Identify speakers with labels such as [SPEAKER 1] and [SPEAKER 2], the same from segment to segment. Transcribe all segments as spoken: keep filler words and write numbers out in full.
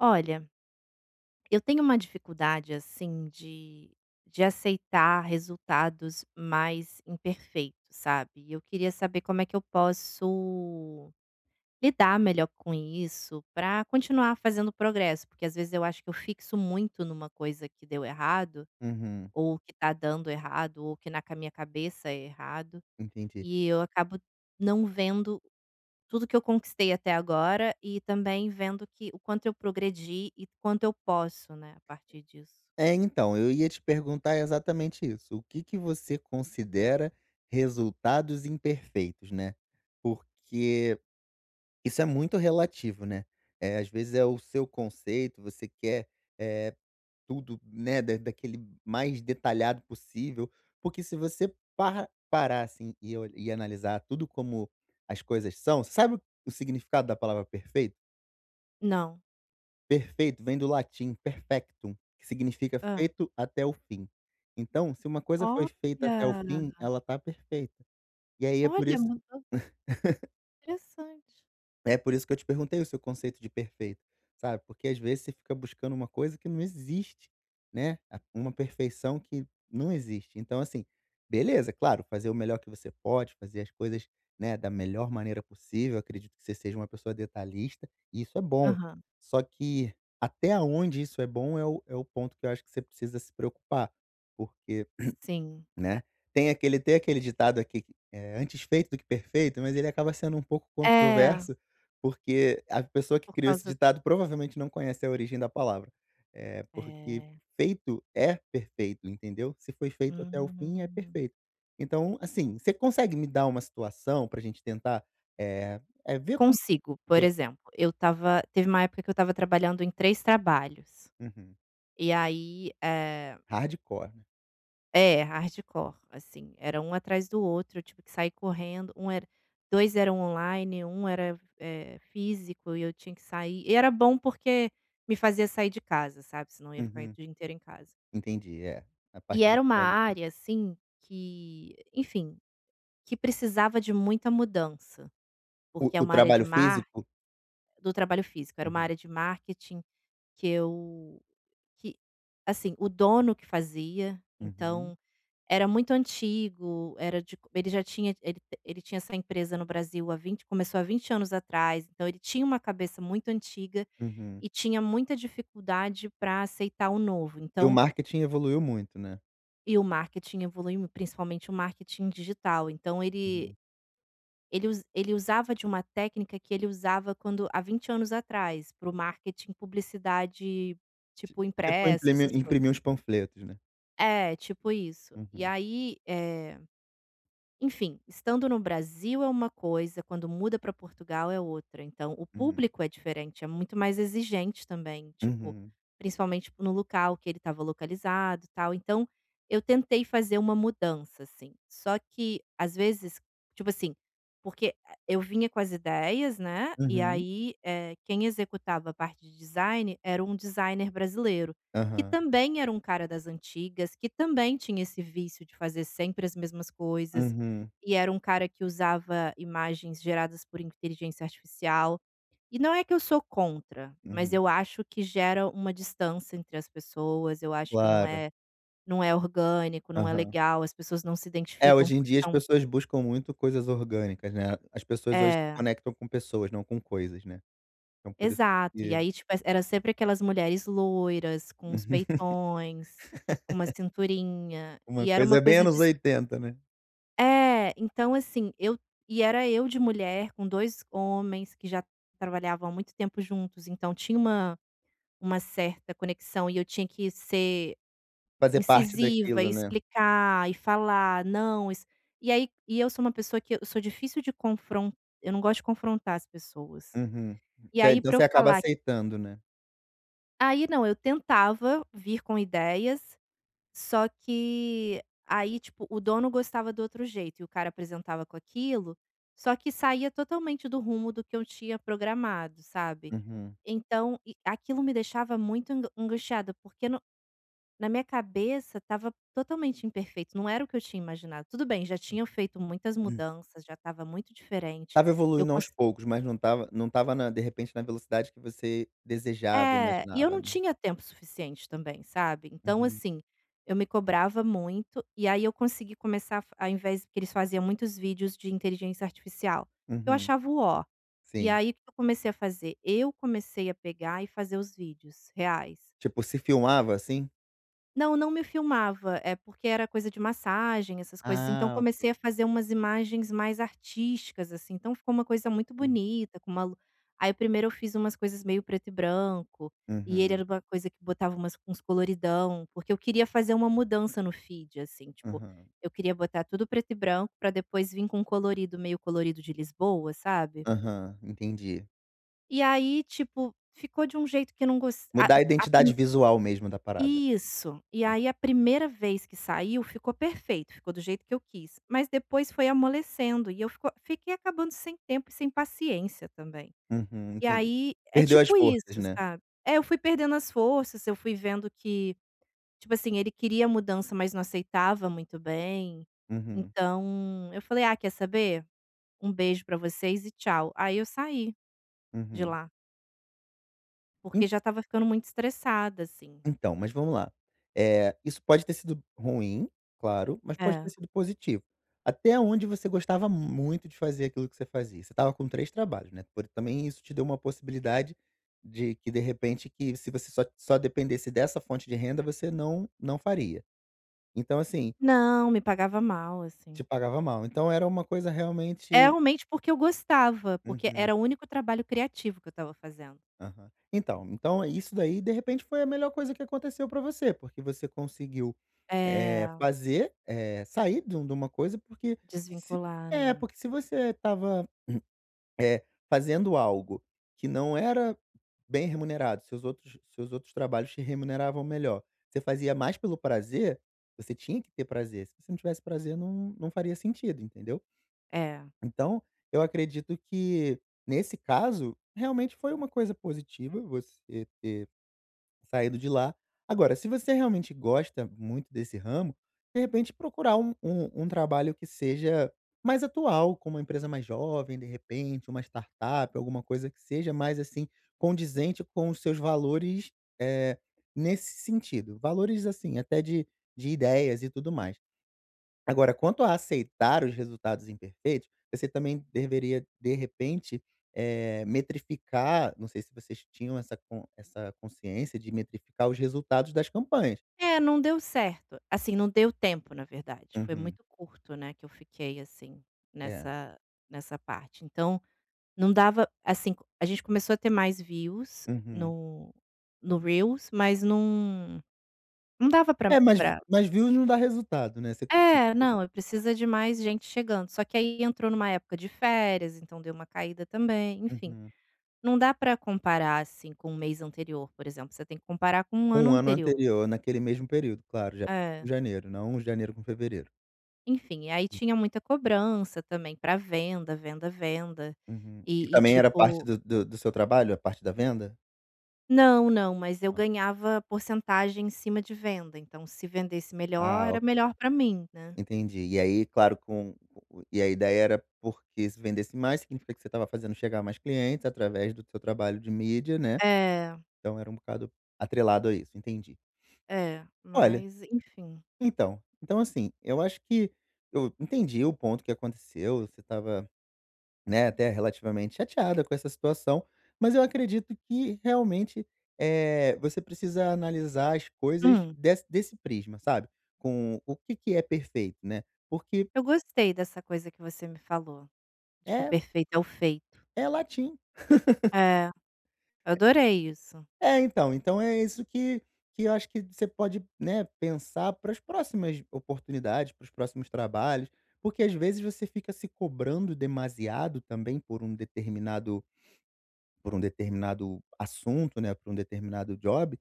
[SPEAKER 1] Olha, eu tenho uma dificuldade, assim, de de aceitar resultados mais imperfeitos, sabe. E eu queria saber como é que eu posso lidar melhor com isso para continuar fazendo progresso, porque às vezes eu acho que eu fixo muito numa coisa que deu errado,
[SPEAKER 2] Uhum,
[SPEAKER 1] ou que tá dando errado, ou que na ca minha cabeça é errado,
[SPEAKER 2] entendi.
[SPEAKER 1] e eu acabo não vendo tudo que eu conquistei até agora e também vendo que o quanto eu progredi e quanto eu posso, né, a partir disso.
[SPEAKER 2] É, então, eu ia te perguntar exatamente isso. O que que você considera resultados imperfeitos, né? Porque isso é muito relativo, né? É, às vezes é o seu conceito, você quer é, tudo, né, da, daquele mais detalhado possível. Porque se você par, parar assim e, ol- e analisar tudo como as coisas são, sabe o o significado da palavra perfeito?
[SPEAKER 1] Não.
[SPEAKER 2] Perfeito vem do latim perfectum, que significa
[SPEAKER 1] Hã.
[SPEAKER 2] feito até o fim. Então, se uma coisa foi feita
[SPEAKER 1] Olha,
[SPEAKER 2] até o fim, ela tá perfeita. E aí é por
[SPEAKER 1] olha,
[SPEAKER 2] isso
[SPEAKER 1] mudou. Interessante.
[SPEAKER 2] é por isso que eu te perguntei o seu conceito de perfeito, sabe, porque às vezes você fica buscando uma coisa que não existe, né, a uma perfeição que não existe. Então assim, beleza, claro, fazer o melhor que você pode, fazer as coisas, né, da melhor maneira possível, acredito que você seja uma pessoa detalhista, e isso é bom.
[SPEAKER 1] Aham,
[SPEAKER 2] Só que até onde isso é bom é o é o ponto que eu acho que você precisa se preocupar. Porque
[SPEAKER 1] sim.
[SPEAKER 2] né. Tem aquele tem aquele ditado aqui que, eh, "antes feito do que perfeito", mas ele acaba sendo um pouco
[SPEAKER 1] É,
[SPEAKER 2] controverso, porque a pessoa que
[SPEAKER 1] por
[SPEAKER 2] criou esse
[SPEAKER 1] causa
[SPEAKER 2] ditado provavelmente não conhece a origem da palavra. Eh, porque
[SPEAKER 1] é.
[SPEAKER 2] feito é perfeito, entendeu? Se foi feito até o fim, é
[SPEAKER 1] Hum.
[SPEAKER 2] perfeito. Então, assim, você consegue me dar uma situação pra gente tentar, é eh, é, ver como
[SPEAKER 1] Consigo, por
[SPEAKER 2] ver.
[SPEAKER 1] exemplo, eu estava teve uma época que eu estava trabalhando em três trabalhos,
[SPEAKER 2] Uhum.
[SPEAKER 1] e aí, eh
[SPEAKER 2] Hardcore, né.
[SPEAKER 1] é, hardcore, assim, era um atrás do outro, eu tive que sair correndo, um era dois eram online, um era, eh, físico e eu tinha que sair e era bom porque me fazia sair de casa, sabe, senão eu ia ficar o
[SPEAKER 2] Uhum.
[SPEAKER 1] dia inteiro em casa.
[SPEAKER 2] Entendi, é. A
[SPEAKER 1] E
[SPEAKER 2] parte do
[SPEAKER 1] era uma
[SPEAKER 2] trabalho físico.
[SPEAKER 1] área, assim, que, enfim, que precisava de muita mudança,
[SPEAKER 2] O
[SPEAKER 1] porque é
[SPEAKER 2] o
[SPEAKER 1] uma área de
[SPEAKER 2] trabalho
[SPEAKER 1] mar
[SPEAKER 2] físico?
[SPEAKER 1] do trabalho físico, era uma
[SPEAKER 2] Uhum.
[SPEAKER 1] área de marketing que eu que, assim, o dono que fazia,
[SPEAKER 2] Uhum.
[SPEAKER 1] então era muito antigo, era de co ele já tinha ele te- ele tinha essa empresa no Brasil há vinte começou há vinte anos atrás, então ele tinha uma cabeça muito antiga
[SPEAKER 2] Uhum.
[SPEAKER 1] e tinha muita dificuldade para aceitar o novo,
[SPEAKER 2] E o
[SPEAKER 1] então
[SPEAKER 2] marketing evoluiu muito, né.
[SPEAKER 1] e o marketing evolui mui principalmente o marketing digital, então ele
[SPEAKER 2] Uhum.
[SPEAKER 1] ele us ele usava de uma técnica que ele usava quando há vinte anos atrás, para o marketing publicidade,
[SPEAKER 2] Ti
[SPEAKER 1] tipo,
[SPEAKER 2] tipo
[SPEAKER 1] impresso,
[SPEAKER 2] imprimir
[SPEAKER 1] essas coisas.
[SPEAKER 2] imprimir uns panfletos, né.
[SPEAKER 1] É, tipo isso. E
[SPEAKER 2] Uhum,
[SPEAKER 1] aí, eh. Enfim, estando no Brasil é uma coisa, quando muda para Portugal é outra. Então, o
[SPEAKER 2] uhum,
[SPEAKER 1] público é diferente, é muito mais exigente também, tipo,
[SPEAKER 2] uhum,
[SPEAKER 1] principalmente tipo, no local que ele estava localizado, e tal. Então, eu tentei fazer uma mudança, assim. Só que às vezes, tipo assim, porque a eu vinha com as ideias, né, e
[SPEAKER 2] uhum,
[SPEAKER 1] aí, eh, quem executava a parte de design era um designer brasileiro, que
[SPEAKER 2] aham,
[SPEAKER 1] também era um cara das antigas, que também tinha esse vício de fazer sempre as mesmas coisas.
[SPEAKER 2] uhum,
[SPEAKER 1] E era um cara que usava imagens geradas por inteligência artificial. E não é que eu sou contra, mas
[SPEAKER 2] uhum.
[SPEAKER 1] eu acho que gera uma distância entre as pessoas, eu acho que não
[SPEAKER 2] Claro,
[SPEAKER 1] é não é orgânico, não é
[SPEAKER 2] aham.
[SPEAKER 1] legal, as pessoas não se
[SPEAKER 2] É,
[SPEAKER 1] identificam
[SPEAKER 2] hoje em
[SPEAKER 1] porque
[SPEAKER 2] dia as
[SPEAKER 1] são
[SPEAKER 2] pessoas buscam muito coisas orgânicas, né. As pessoas hoje se
[SPEAKER 1] é,
[SPEAKER 2] conectam com pessoas, não com coisas, né. Então por isso
[SPEAKER 1] exato. E
[SPEAKER 2] que
[SPEAKER 1] aí, tipo, é, era sempre aquelas mulheres loiras, com os peitões, com uma cinturinha,
[SPEAKER 2] uma
[SPEAKER 1] e era uma
[SPEAKER 2] coisa é bem
[SPEAKER 1] coisa de
[SPEAKER 2] anos oitenta, né.
[SPEAKER 1] é, então assim, eu e era eu de mulher com dois homens que já trabalhavam há muito tempo juntos, então tinha uma uma certa conexão e eu tinha que ser
[SPEAKER 2] Fazer parte
[SPEAKER 1] incisiva e
[SPEAKER 2] daquilo, né.
[SPEAKER 1] explicar e falar: "Não, isso". E aí e eu sou uma pessoa que eu sou difícil de confron eu não gosto de confrontar as pessoas.
[SPEAKER 2] Uhum.
[SPEAKER 1] E
[SPEAKER 2] Você
[SPEAKER 1] aí
[SPEAKER 2] então
[SPEAKER 1] pra eu
[SPEAKER 2] você acaba
[SPEAKER 1] falar que
[SPEAKER 2] aceitando, né.
[SPEAKER 1] aí não, eu tentava vir com ideias. Só que aí, tipo, o dono gostava do outro jeito e o cara apresentava com aquilo, só que saía totalmente do rumo do que eu tinha programado, sabe.
[SPEAKER 2] Uhum.
[SPEAKER 1] Então e aquilo me deixava muito angu angustiada, porque no na minha cabeça estava totalmente imperfeito, não era o que eu tinha imaginado. Tudo bem, já tinha feito muitas mudanças, já estava muito diferente,
[SPEAKER 2] Tava
[SPEAKER 1] eu
[SPEAKER 2] evoluindo aos poucos, mas não tava, não tava na de repente, na velocidade que você desejava,
[SPEAKER 1] é, e eu
[SPEAKER 2] imaginava,
[SPEAKER 1] não
[SPEAKER 2] né.
[SPEAKER 1] tinha tempo suficiente também, sabe. Então
[SPEAKER 2] Uhum,
[SPEAKER 1] assim, eu me cobrava muito, e aí eu consegui começar a fa ao invés porque eles faziam muitos vídeos de inteligência artificial, eu
[SPEAKER 2] uhum,
[SPEAKER 1] achava o ó. E
[SPEAKER 2] sim.
[SPEAKER 1] aí o que eu comecei a fazer? Eu comecei a pegar e fazer os vídeos reais.
[SPEAKER 2] Tipo, se filmava, assim?
[SPEAKER 1] Não, não me filmava, é porque era coisa de massagem, essas coisas, então
[SPEAKER 2] Ah,
[SPEAKER 1] comecei
[SPEAKER 2] ok.
[SPEAKER 1] a fazer umas imagens mais artísticas, assim, então ficou uma coisa muito
[SPEAKER 2] Hum,
[SPEAKER 1] bonita, com uma lu aí primeiro eu fiz umas coisas meio preto e branco, e ele
[SPEAKER 2] uhum,
[SPEAKER 1] era uma coisa que botava umas uns coloridão, porque eu queria fazer uma mudança no feed, assim, tipo,
[SPEAKER 2] aham,
[SPEAKER 1] eu queria botar tudo preto e branco para depois vir com um colorido, meio colorido de Lisboa, sabe.
[SPEAKER 2] aham, entendi.
[SPEAKER 1] E aí, tipo, ficou de um jeito que eu não gos
[SPEAKER 2] Mudar a identidade visual mesmo da parada.
[SPEAKER 1] isso. E aí a primeira vez que saiu ficou perfeito, ficou do jeito que eu quis, mas depois foi amolecendo e eu fico fiquei acabando sem tempo e sem paciência também.
[SPEAKER 2] Uhum,
[SPEAKER 1] E
[SPEAKER 2] entendi.
[SPEAKER 1] aí é
[SPEAKER 2] Perdeu as
[SPEAKER 1] tipo
[SPEAKER 2] forças,
[SPEAKER 1] isso,
[SPEAKER 2] né.
[SPEAKER 1] sabe. É, eu fui perdendo as forças, eu fui vendo que, tipo assim, ele queria mudança, mas não aceitava muito bem.
[SPEAKER 2] Uhum,
[SPEAKER 1] Então eu falei: "Ah, quer saber? Um beijo pra vocês e tchau". Aí eu saí de
[SPEAKER 2] uhum.
[SPEAKER 1] lá, porque já estava ficando muito estressada, assim.
[SPEAKER 2] Então, mas vamos lá. Eh, isso pode ter sido ruim, claro, mas pode
[SPEAKER 1] É.
[SPEAKER 2] ter sido positivo. Até onde você gostava muito de fazer aquilo que você fazia? Você estava com três trabalhos, né, por também isso te deu uma possibilidade de que, de repente, que se você só só dependesse dessa fonte de renda, você não não faria. Então, assim,
[SPEAKER 1] Não, me pagava mal,
[SPEAKER 2] te
[SPEAKER 1] assim.
[SPEAKER 2] pagava mal. Então era uma coisa
[SPEAKER 1] É
[SPEAKER 2] realmente.
[SPEAKER 1] realmente porque eu gostava, porque
[SPEAKER 2] Uhum.
[SPEAKER 1] era o único trabalho criativo que eu estava fazendo.
[SPEAKER 2] Aham. Então então isso daí, de repente, foi a melhor coisa que aconteceu pra você, porque você conseguiu, eh,
[SPEAKER 1] É,
[SPEAKER 2] fazer, eh, sair de um de uma coisa, porque se
[SPEAKER 1] desvincular,
[SPEAKER 2] é,
[SPEAKER 1] né.
[SPEAKER 2] porque se você estava, eh, fazendo algo que não era bem remunerado, seus outros seus outros trabalhos te remuneravam melhor, você fazia mais pelo prazer, você tinha que ter prazer, se você não tivesse prazer não não faria sentido, entendeu?
[SPEAKER 1] É.
[SPEAKER 2] Então, eu acredito que, nesse caso, realmente foi uma coisa positiva você ter Saído de lá. Agora, se você realmente gosta muito desse ramo, de repente procurar um um um trabalho que seja mais atual, com uma empresa mais jovem, de repente, uma startup, alguma coisa que seja mais, assim, condizente com os seus valores, eh, nesse sentido. Valores, assim, até de de ideias e tudo mais. Agora, quanto a aceitar os resultados imperfeitos, você também deveria, de repente, eh, metrificar não sei se vocês tinham essa con essa consciência de metrificar os resultados das campanhas.
[SPEAKER 1] É, não deu certo. Assim, não deu tempo, na verdade. Foi
[SPEAKER 2] Uhum.
[SPEAKER 1] muito curto, né, que eu fiquei, assim,
[SPEAKER 2] É.
[SPEAKER 1] nessa nessa parte. Então, não dava assim, co- a gente começou a ter mais views
[SPEAKER 2] Uhum.
[SPEAKER 1] no no Reels, mas não não dava pra
[SPEAKER 2] É, mas v
[SPEAKER 1] pra
[SPEAKER 2] mas views não dá resultado, né, você continua-
[SPEAKER 1] é, não, precisa de mais gente chegando. Só que aí entrou numa época de férias, então deu uma caída também, enfim.
[SPEAKER 2] Uhum.
[SPEAKER 1] Não dá pra comparar, assim, com o mês anterior, por exemplo, você tem que comparar com o
[SPEAKER 2] Com
[SPEAKER 1] ano
[SPEAKER 2] o ano
[SPEAKER 1] anterior.
[SPEAKER 2] anterior, naquele mesmo período, claro, ja
[SPEAKER 1] É.
[SPEAKER 2] janeiro, não janeiro com fevereiro.
[SPEAKER 1] Enfim, aí tinha muita cobrança também pra venda, venda, venda,
[SPEAKER 2] Uhum. E
[SPEAKER 1] e e
[SPEAKER 2] também era parte
[SPEAKER 1] tipo
[SPEAKER 2] do do do seu trabalho, a parte da venda?
[SPEAKER 1] não, não, mas eu
[SPEAKER 2] Não.
[SPEAKER 1] ganhava porcentagem em cima de venda, então se vendesse melhor, era
[SPEAKER 2] Ah,
[SPEAKER 1] melhor pra mim, né.
[SPEAKER 2] Entendi. E aí, claro, com com e a ideia era porque se vendesse mais, significa que você estava fazendo chegar mais clientes através do seu trabalho de mídia, né,
[SPEAKER 1] É,
[SPEAKER 2] então era um bocado atrelado a isso, entendi.
[SPEAKER 1] é,
[SPEAKER 2] Olha,
[SPEAKER 1] mas enfim.
[SPEAKER 2] então então assim, eu acho que eu entendi o ponto que aconteceu, você estava, né, até relativamente chateada com essa situação, mas eu acredito que realmente, é você precisa analisar as coisas
[SPEAKER 1] Hum.
[SPEAKER 2] des desse prisma, sabe, com o que que é perfeito, né, porque
[SPEAKER 1] Eu gostei dessa coisa que você me falou, de que o
[SPEAKER 2] é
[SPEAKER 1] perfeito é o feito.
[SPEAKER 2] é latim.
[SPEAKER 1] É, eu adorei isso.
[SPEAKER 2] É, então, então é isso que que eu acho que você pode, né, pensar para as próximas oportunidades, para os próximos trabalhos, porque às vezes você fica se cobrando demasiado também por um determinado por um determinado assunto, né, por um determinado job,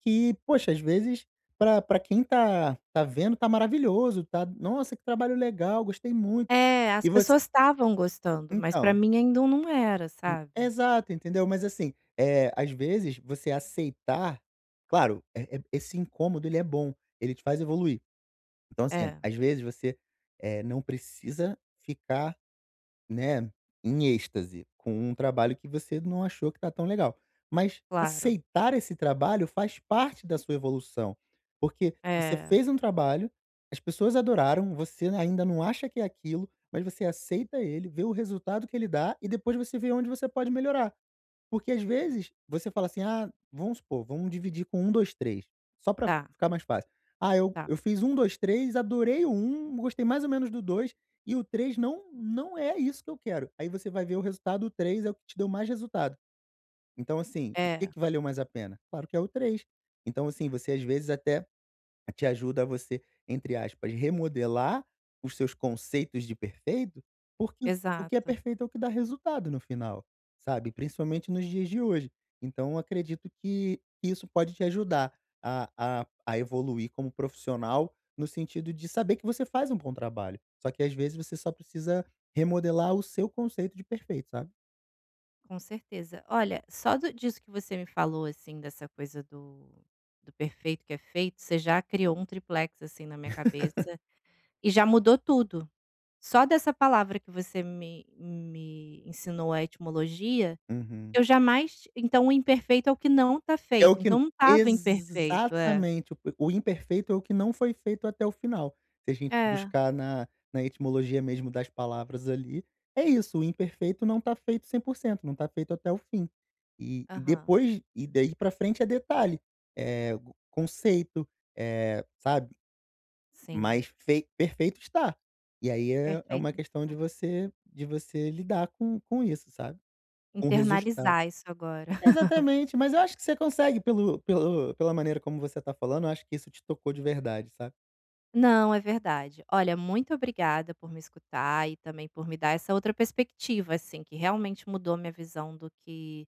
[SPEAKER 2] que, poxa, às vezes para para quem tá tá vendo tá maravilhoso, tá, nossa, que trabalho legal, gostei muito.
[SPEAKER 1] É, as
[SPEAKER 2] E você
[SPEAKER 1] pessoas estavam gostando, mas pra
[SPEAKER 2] então
[SPEAKER 1] mim ainda um não era,
[SPEAKER 2] e
[SPEAKER 1] sabe.
[SPEAKER 2] Exato, entendeu? Mas assim, é às vezes você aceitar claro, eh eh, esse incômodo ele é bom, ele te faz evoluir. Então assim, é,
[SPEAKER 1] É,
[SPEAKER 2] às vezes você, eh, não precisa ficar, né, em êxtase com um trabalho que você não achou que tá tão legal. Mas
[SPEAKER 1] claro.
[SPEAKER 2] aceitar esse trabalho faz parte da sua evolução, porque você
[SPEAKER 1] É,
[SPEAKER 2] fez um trabalho, as pessoas adoraram, você ainda não acha que é aquilo, mas você aceita ele, vê o resultado que ele dá e depois você vê onde você pode melhorar. Porque às vezes você fala assim: "Ah, vamos supor, vamos dividir com um, dois, três só pra
[SPEAKER 1] tá,
[SPEAKER 2] ficar mais fácil. Ah, eu
[SPEAKER 1] tá.
[SPEAKER 2] eu fiz um, dois, três, adorei o um, gostei mais ou menos do dois e o três não não é isso que eu quero". Aí você vai ver o resultado, o três é o que te deu mais resultado. Então assim, o que
[SPEAKER 1] É,
[SPEAKER 2] que valeu mais a pena? Claro que é o três. Então assim, você às vezes até te ajuda a você, entre aspas, "remodelar" os seus conceitos de perfeito, porque o o que é
[SPEAKER 1] exato,
[SPEAKER 2] perfeito é o que dá resultado no final, sabe, principalmente nos dias de hoje. Então eu acredito que isso pode te ajudar a a a evoluir como profissional, no sentido de saber que você faz um bom trabalho, só que às vezes você só precisa remodelar o seu conceito de perfeito, sabe.
[SPEAKER 1] com certeza. Olha, só do disso que você me falou, assim, dessa coisa do do perfeito que é feito, você já criou um triplex, assim, na minha cabeça e já mudou tudo. Só dessa palavra que você me me ensinou a etimologia,
[SPEAKER 2] Uhum.
[SPEAKER 1] eu jamais então o imperfeito é o que não tá
[SPEAKER 2] É o
[SPEAKER 1] feito, então
[SPEAKER 2] que
[SPEAKER 1] não estava imperfeito. É.
[SPEAKER 2] exatamente, o o imperfeito é o que não foi feito até o final. Se a gente
[SPEAKER 1] É,
[SPEAKER 2] buscar na na etimologia mesmo das palavras ali, é isso, o imperfeito não tá feito cem por cento, não tá feito até o fim. E e
[SPEAKER 1] aham.
[SPEAKER 2] depois e daí pra frente é detalhe, é go- conceito, eh, sabe?
[SPEAKER 1] Sim,
[SPEAKER 2] Mas fei perfeito está. E aí é é uma
[SPEAKER 1] perfeito.
[SPEAKER 2] questão de você de você lidar com com isso, sabe, com o resultado.
[SPEAKER 1] Internalizar isso agora.
[SPEAKER 2] Exatamente, mas eu acho que você consegue pelo pelo pela maneira como você está falando, eu acho que isso te tocou de verdade, sabe.
[SPEAKER 1] Não, é verdade. Olha, muito obrigada por me escutar e também por me dar essa outra perspectiva, assim, que realmente mudou minha visão do que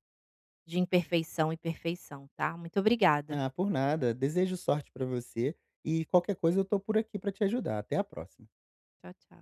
[SPEAKER 1] de imperfeição e perfeição, tá? Muito obrigada.
[SPEAKER 2] Ah, por nada, desejo sorte pra você e qualquer coisa eu estou por aqui pra te ajudar. Até a próxima.
[SPEAKER 1] Tchau, tchau.